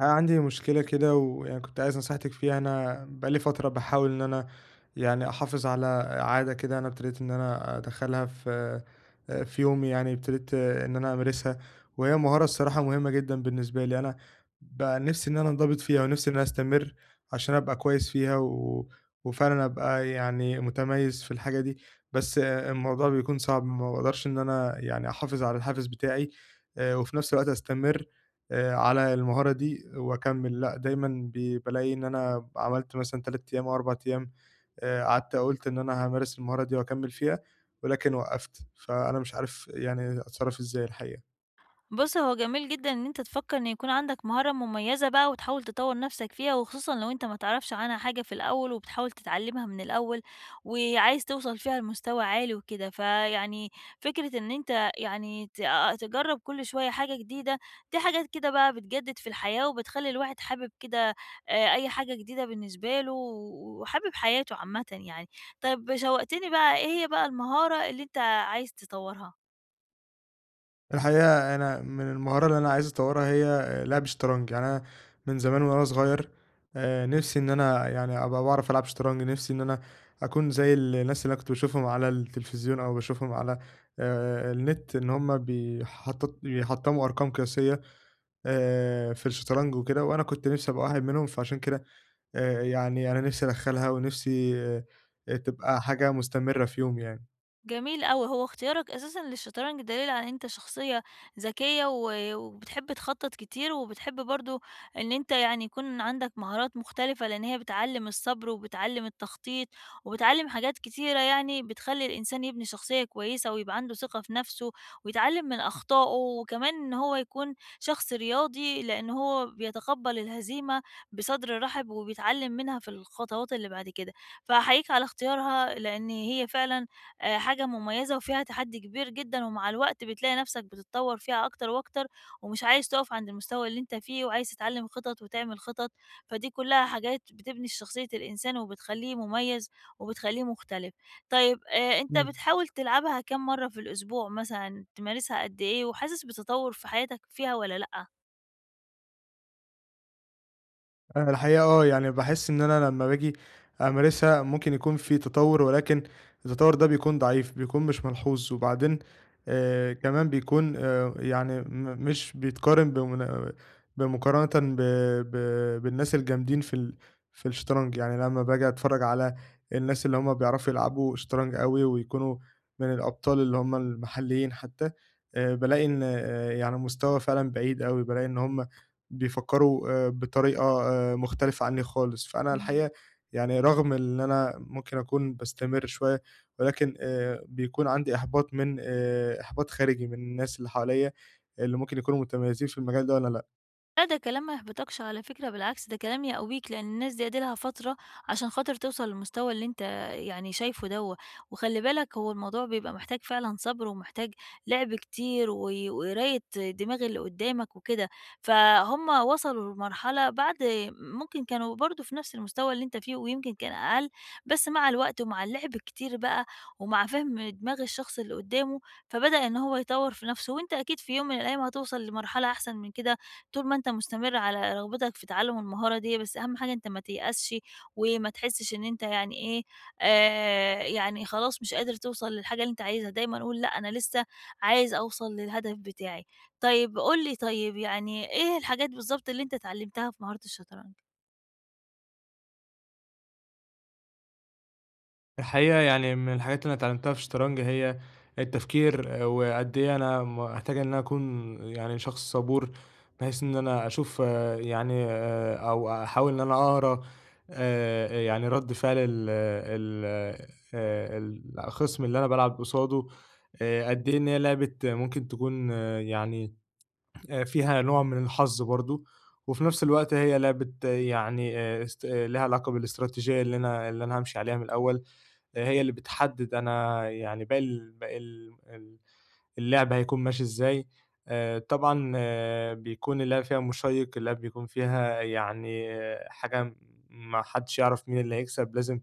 أنا عندي مشكلة كده ويعني كنت عايز نصيحتِك فيها، أنا بقى لي فترة باحاول إن أنا يعني أحافظ على عادة كده. أنا ابتديت إن أنا أدخّلها في في يومي يعني، ابتديت إن أنا أمارسها، وهي مهارة الصراحة مهمة جدًا بالنسبة لي، أنا بقى نِفْسي إن أنا أنضبط فيها ونِفْسي إن أنا أستمر عشان أبقى كويس فيها و وفعلًا أبقى يعني متميّز في الحاجة دي، بس الموضوع بيكون صعب، ما باقدرش إن أنا يعني أحافظ على الحافز بتاعي وفي نَفْس الوقت أستمر على المهارة دي وأكمّل، لأ دايمًا بالاقي إن أنا عملت مثلًا 3 أيام أو 4 أيام. قعدت قُلت إن أنا هامارس المهارة دي وأكمّل فيها، ولكن وقّفت، فأنا مش عارف يعني أتصرّف إزاي الحقيقة. بُص، هو جميل جدًا إن أنت تفكّر إن يكون عندك مهارة مميزة بقى وتحاول تطوّر نَفْسك فيها، وخصوصًا لو أنت ما تعرفش عنها حاجة في الأول وبتحاول تتعلّمها من الأول، وعايز توصل فيها لمستوى عالي وكده. فيعني فكرة إن أنت يعني ت آه تجرّب كل شوية حاجة جديدة، دي حاجات كده بقى بتجدد في الحياة وبتخلّي الواحد حابب كده أي حاجة جديدة بالنسبة له وحابب حياته عامةً يعني. طيب شوّقتني بقى إيه هي بقى المهارة اللي أنت عايز تطوّرها؟ الحقيقة أنا من المهارة اللي أنا عايز أطوّرها هي لعب الشطرنج، يعني أنا من زمان وأنا صغير نِفْسي إن أنا يعني أبقى باعرف ألعب شطرنج، نِفْسي إن أنا أكون زي الناس اللي أنا كنت باشوفهم على التلفزيون أو باشوفهم على النت، إن هم بيحطّموا أرقام قياسية في الشطرنج وكده، وأنا كنت نِفْسي أبقى واحد منهم، فعشان كده يعني أنا نِفْسي أدخّلها ونِفْسي تبقى حاجة مستمرة في يومي يعني. جميل أوي، هو اختيارك أساسًا للشطرنج دليل على إن أنت شخصية ذكية و وبتحب تخطط كتير، وبتحب برضه إن أنت يعني يكون عندك مهارات مختلفة، لإن هي بتعلّم الصبر، وبتعلّم التخطيط، وبتعلّم حاجات كتيرة يعني بتخلّي الإنسان يبني شخصية كويسة، ويبقى عنده ثقة في نفسه، ويتعلّم من أخطائه، وكمان إن هو يكون شخص رياضي، لإن هو بيتقبّل الهزيمة بصدر رحب، وبيتعلّم منها في الخطوات اللي بعد كده، فأحييك على اختيارها لإن هي فعلًا حاجة مميزة وفيها تحدي كبير جدًا، ومع الوقت بتلاقي نفسك بتتطور فيها أكتر وأكتر، ومش عايز تقف عند المستوى اللي أنت فيه، وعايز تتعلم خطط وتعمل خطط، فدي كلها حاجات بتبني شخصية الإنسان وبتخلّيه مميز وبتخلّيه مختلف. طيب أنت إمم. بتحاول تلعبها كام مرّة في الأسبوع مثلًا، تمارسها قد إيه، وحاسس بتطور في حياتك فيها والّا لأ؟ أنا الحقيقة يعني باحس إن أنا لمّا باجي أمارسها ممكن يكون في تطوّر، ولكن التطوّر ده بيكون ضعيف، بيكون مش ملحوظ، وبعدين كمان بيكون يعني مش بيتقارن بمقارنةً ب ب بالناس الجامدين في في الشطرنج، يعني لمّا باجي أتفرّج على الناس اللي هُم بيعرفوا يلعبوا شطرنج أوي ويكونوا من الأبطال اللي هُم المحليين حتى، بالاقي إن يعني مستوى فعلًا بعيد أوي، بالاقي إن هُم بيفكّروا بطريقة مختلفة عنّي خالص، فأنا الحقيقة يعني رغم إن أنا ممكن أكون باستمر شوية، ولكن بيكون عندي إحباط من إحباط خارجي من الناس اللي حواليّا، اللي ممكن يكونوا متميزين في المجال ده والّا لأ. لأ، ده كلام ما يحبطكش على فكرة، بالعكس ده كلام يقويك، لأن الناس دي أدي لها فترة عشان خاطر توصل للمستوى اللي أنت يعني شايفه دوّة، وخلّي بالك هو الموضوع بيبقى محتاج فعلًا صبر، ومحتاج لعب كتير، و وقراية دماغ اللي قدامك وكده، فهُم وصلوا لمرحلة بعد ممكن كانوا برضه في نفس المستوى اللي أنت فيه، ويمكن كان أقل، بس مع الوقت ومع اللعب كتير بقى، ومع فهم دماغ الشخص اللي قدامه، فبدأ إن هو يطوّر في نفسه، وأنت أكيد في يوم من الأيام هتوصل لمرحلة أحسن من كده. طول ما أنت مستمر على رغبتك في تعلُّم المهارة ديّة، بس أهم حاجة أنت ما تيأسش وما تحسّش إن أنت يعني إيه، يعني خلاص مش قادر توصل للحاجة اللي أنت عايزها، دايمًا قُل لأ أنا لسه عايز أوصل للهدف بتاعي. طيب قُل لي طيب يعني إيه الحاجات بالضبط اللي أنت اتعلّمتها في مهارة الشطرنج؟ الحقيقة يعني من الحاجات اللي أنا اتعلمتها في الشطرنج هي التفكير، وقد إيه أنا محتاج إن أنا أكون يعني شخص صبور بحيث إن أنا أشوف، أو أحاول إن أنا أقرأ يعني رد فعل ال ال آه، الخصم اللي أنا بلعب قصاده. قد إيه إن هي لعبة ممكن تكون فيها نوع من الحظ برضو، وفي نفس الوقت هي لعبة لها علاقة بالاستراتيجية اللي أنا همشي عليها من الأول، هي اللي بتحدد أنا يعني باقي ال باقي ال ال اللعب هيكون ماشي إزاي. طبعًا بيكون اللعب فيها مشيّق، اللعب بيكون فيها يعني حاجة ما حدّش يعرف مين اللي هيكسب، لازم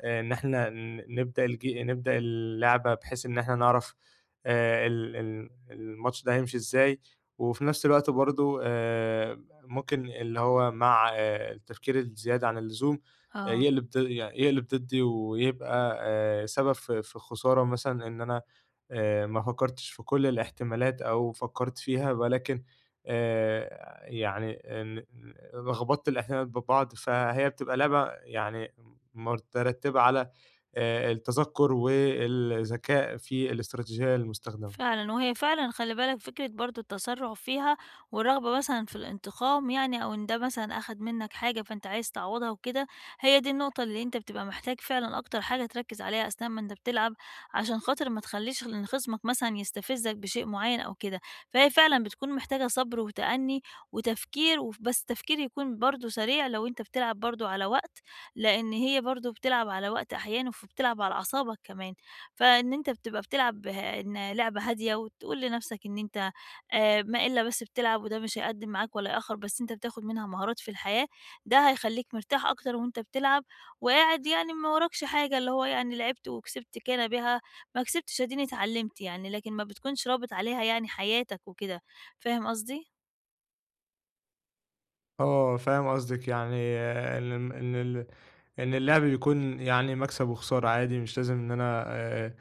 إن إحنا ن نبدأ الج نبدأ اللعبة بحيث إن إحنا نعرف ال ال الماتش ده هيمشي إزاي، وفي نفس الوقت برضه ممكن اللي هو مع التفكير الزيادة عن اللزوم آه. يقلب يعني يقلب ضدي ويبقى سبب في في خسارة مثلًا إن أنا ما فكّرتش في كل الاحتمالات أو فكّرت فيها، ولكن يعني آه، ن لخبطت الاحتمالات ببعض، فهي بتبقى لعبة يعني مترتبة على التذكُّر والذكاء في الاستراتيجية المستخدمة. فعلًا، وهي فعلًا خلّي بالك فكرة برضه التسرُّع فيها والرغبة مثلًا في الانتقام يعني أو إن ده مثلًا أخَد منّك حاجة فأنت عايز تعوّضها وكده، هي دي النقطة اللي أنت بتبقى محتاج فعلًا أكتر حاجة تركِّز عليها أثناء ما أنت بتلعب، عشان خاطر ما تخلّيش إن خصمك مثلًا يستفزّك بشيء معيّن أو كده، فهي فعلًا بتكون محتاجة صبر وتأنّي وتفكير بس تفكير يكون برضه سريع لو أنت بتلعب برضه على وقت، لإن هي برضه بتلعب على وقت أحيانًا، فبتلعب على أعصابك كمان. فإن أنت بتبقى بتلعب ه إن لعبة هادية وتقول لنَفْسك إن أنت ما إلا بس بتلعب وده مش هيقدّم معاك ولا يأخّر، بس أنت بتاخُد منها مهارات في الحياة، ده هيخلّيك مرتاح أكتر وأنت بتلعب وقاعد يعني ما وراكش حاجة، اللي هو يعني لعبت وكسبت كان بها، ما كسبتش أديني اتعلّمت يعني، لكن ما بتكونش رابط عليها يعني حياتك وكده، فاهم قصدي؟ آه، فاهم قصدِك، يعني إن اللعب بيكون يعني مكسب وخسارة عادي، مش لازم إن أنا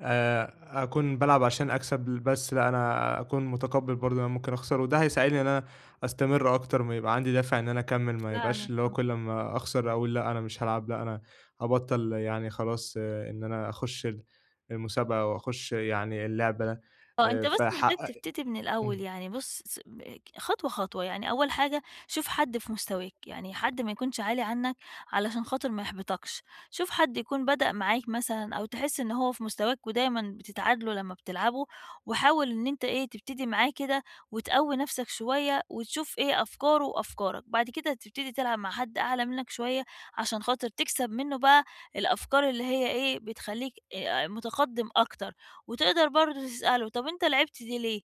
آآ أكون بالعب عشان أكسب بس، لأ أنا أكون متقبّل برضه إن أنا ممكن أخسر، وده هيساعدني إن أنا أستمر أكتر، ما يبقى عندي دافع إن أنا أكمّل، ما يبقاش اللي ف هو كل أمّا أخسر أقول لأ أنا مش هالعب، لأ أنا هابطّل يعني خلاص، إن أنا أخُش المسابقة وأخُش يعني اللعبة. آه، أنت بس محتاج فحقق تبتدي من الأول، إمم. يعني بُص س ب خطوة، خطوة، يعني أول حاجة شوف حد في مستواك، يعني حد ما يكونش عالي عنك علشان خاطر ما يحبطكش، شوف حد يكون بدأ معاك مثلًا أو تحس إن هو في مستواك ودايمًا بتتعادلوا لمّا بتلعبوا، وحاول إن أنت إيه، تبتدي معاه كده وتقوّي نَفْسك شوية وتشوف إيه أفكاره وأفكارك، بعد كده تبتدي تلعب مع حد أعلى منك شوية عشان خاطر تكسب منّه بقى الأفكار اللي هي إيه، بتخلّيك متقدِّم أكتر. وتقدر برضه تسأله طب أنت لعبت دي ليه؟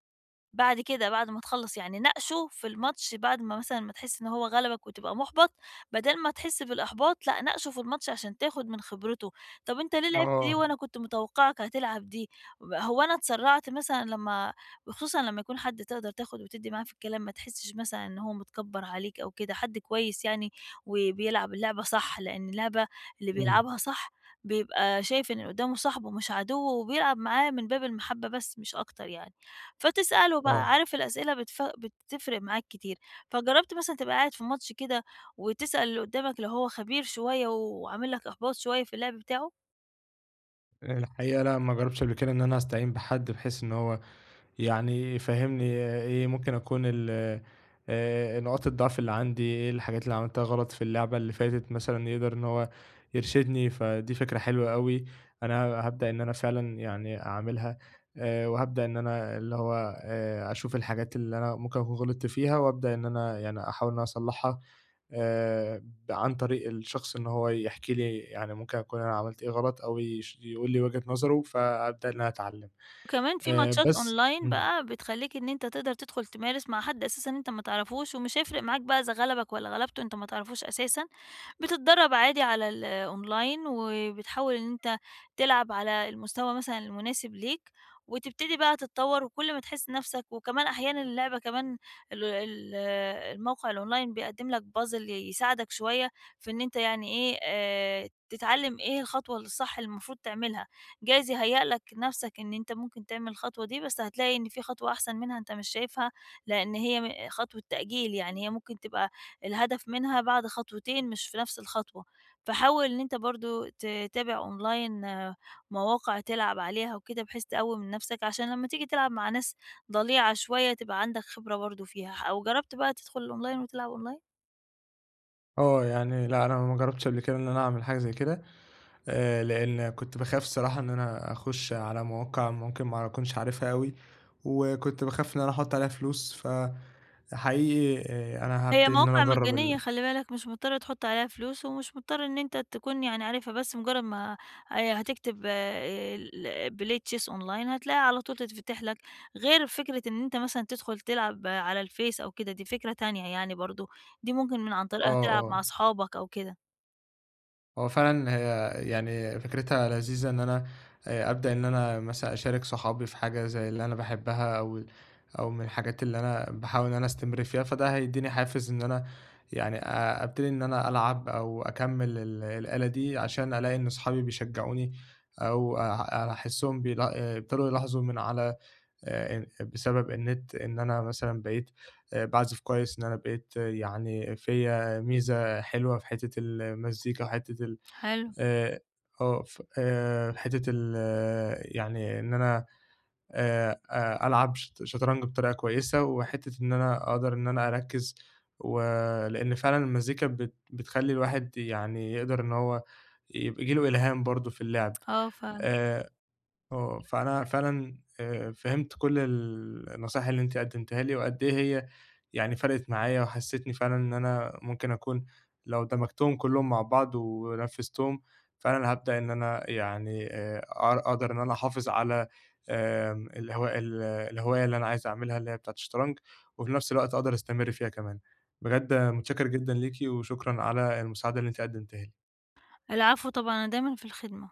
بعد كده، بعد ما تخلّص يعني ناقشه في الماتش بعد ما مثلًا ما تحس إن هو غلبك وتبقى مُحبَط، بدل ما تحس بالإحباط لأ، ناقشه في الماتش عشان تاخد من خبرته. طَب أنت ليه لعبت دي آه، وأنا كنت متوقعك هتلعب دي؟ هو أنا اتسرعت مثلًا لمّا وخصوصًا لمّا يكون حد تقدر تاخد وتدّي معاه في الكلام، ما تحسش مثلًا إن هو متكبّر عليك أو كده، حد كويس يعني وبيلعب اللعبة صح، لإن اللعبة اللي إمم، بيلعبها صح بيبقى شايف إن اللي قدّامه صاحبه مش عدوّه وبيلعب معاه من باب المحبة بس مش أكتر يعني. فتسأله بقى، آه. عارف الأسئلة بتفرق معاك كتير، فجرّبت مثلًا تبقى قاعد في ماتش كده وتسأل اللي قدّامك لو هو خبير شوية وعامل لك إحباط شوية في اللعب بتاعه؟ الحقيقة لأ، ما جرّبتش قبل كده إن أنا أستعين بحد بحيث إن هو يعني فهّمني إيه ممكن أكون ال نقاط الضعف اللي عندي، إيه الحاجات اللي عملتها غلط في اللعبة اللي فاتت مثلًا، يقدر إن هو يرشدني، فدي فكرة حلوة أوي، أنا هابدأ إن أنا فعلًا يعني أعملها. وهابدأ إن أنا اللي هو أشوف الحاجات اللي أنا ممكن أكون غلطت فيها، وأبدأ إن أنا يعني أحاول إن أنا أصلّحها آآ ب عن طريق الشخص، إن هو يحكي لي يعني ممكن أكون أنا عملت إيه غلط، أو يقول لي وجهة نظره، فأبدأ إن أنا أتعلّم. وكمان في ماتشات بس أونلاين إمم. بقى بتخلّيك إن أنت تقدر تدخل تمارس مع حد أساسًا أنت ما تعرفوش، ومش هيفرق معاك بقى إذا غلبك والّا غلبته أنت ما تعرفوش أساسًا، بتتدرّب عادي على الأونلاين، وبتحاول إن أنت تلعب على المستوى مثلًا المناسب ليك، وتبتدي بقى تتطوّر، وكل ما تحس نَفْسك وكمان أحيانًا اللعبة كمان ال ال الموقع الأونلاين بيقدّم لك puzzle يساعدك شوية في إن أنت يعني إيه، تتعلّم إيه الخطوة الصح اللي المفروض تعملها. جايز يهيأ لك نفسك إن أنت ممكن تعمل الخطوة دي، بس هتلاقي إن في خطوة أحسن منها أنت مش شايفها، لإن هي خطوة تأجيل، يعني هي ممكن تبقى الهدف منها بعد خطوتين مش في نفس الخطوة. فحاول إن أنت برضه تتابع أونلاين آه، مواقع تلعب عليها وكده، بحيث تقوّي من نفسك عشان لمّا تيجي تلعب مع ناس ضليعة شوية تبقى عندك خبرة برضه فيها. أو جربت بقى تدخل الأونلاين وتلعب أونلاين؟ آه، يعني لأ، أنا ما جرّبتش قبل كده إن أنا أعمل حاجة زي كده، لإن كنت باخاف الصراحة إن أنا أخُش على مواقع ممكن ما أكونش عارفها أوي، وكنت باخاف إن أنا أحُط عليها فلوس، فحقيقي أنا هي هابتدي إن أنا مواقع أجرّب مجانية خلّي بالك، مش مضطر تحط عليها فلوس، ومش مضطر إن أنت تكون يعني عارفها، بس مجرد ما هتكتب آه، ال play chess online هتلاقيها على طول تتفتح لك، غير فكرة إن أنت مثلًا تدخل تلعب على الفيس أو كده، دي فكرة تانية يعني برضه، دي ممكن من عن طريقها آه، تلعب مع آه. أصحابك أو كده. هو فعلًا هي يعني فكرتها لذيذة إن أنا أبدأ إن أنا مثلًا أشارك صحابي في حاجة زي اللي أنا باحبها، أو من الحاجات اللي أنا باحاول إن أنا أستمر فيها، فده هيدّيني حافز إن أنا يعني أبتدي إن أنا ألعب أو أكمّل الآلة دي، عشان ألاقي إن صحابي بيشجّعوني أو أحسّهم بيلا آه، ابتدوا يلاحظوا من على آآ بسبب النت إن أنا مثلًا بقيت باعزف كويس، إن أنا بقيت يعني فيّا ميزة حلوة في حتّة المزيكا وحتّة ال حلو، آآ آه، ف حتّة ال آه، يعني إن أنا أ ألعب شطرنج بطريقة كويسة، وحتّة إن أنا أقدر إن أنا أركّز، و لإن فعلًا المزيكا بتخلّي الواحد يعني يقدر إن هو ييجي له إلهام برضه في اللعب. آه فعلًا. آآ فأنا فعلًا فهمت كل النصايح اللي أنتِ قدمتيها لي، وقد إيه هي يعني فرقت معايا، وحسّستني فعلًا إن أنا ممكن أكون لو دمجتهم كلّهم مع بعض ونفذتهم، فعلًا هابدأ إن أنا يعني أقر أقدر إن أنا أحافظ على آمم، الهوا ال الهواية اللي أنا عايز أعملها، اللي هي بتاعة الشطرنج، وفي نفس الوقت أقدر أستمر فيها كمان. بجد متشكر جدًا ليكِ، وشكرًا على المساعدة اللي أنتِ قدمتيها لي. العفو طبعًا، أنا دايمًا في الخدمة.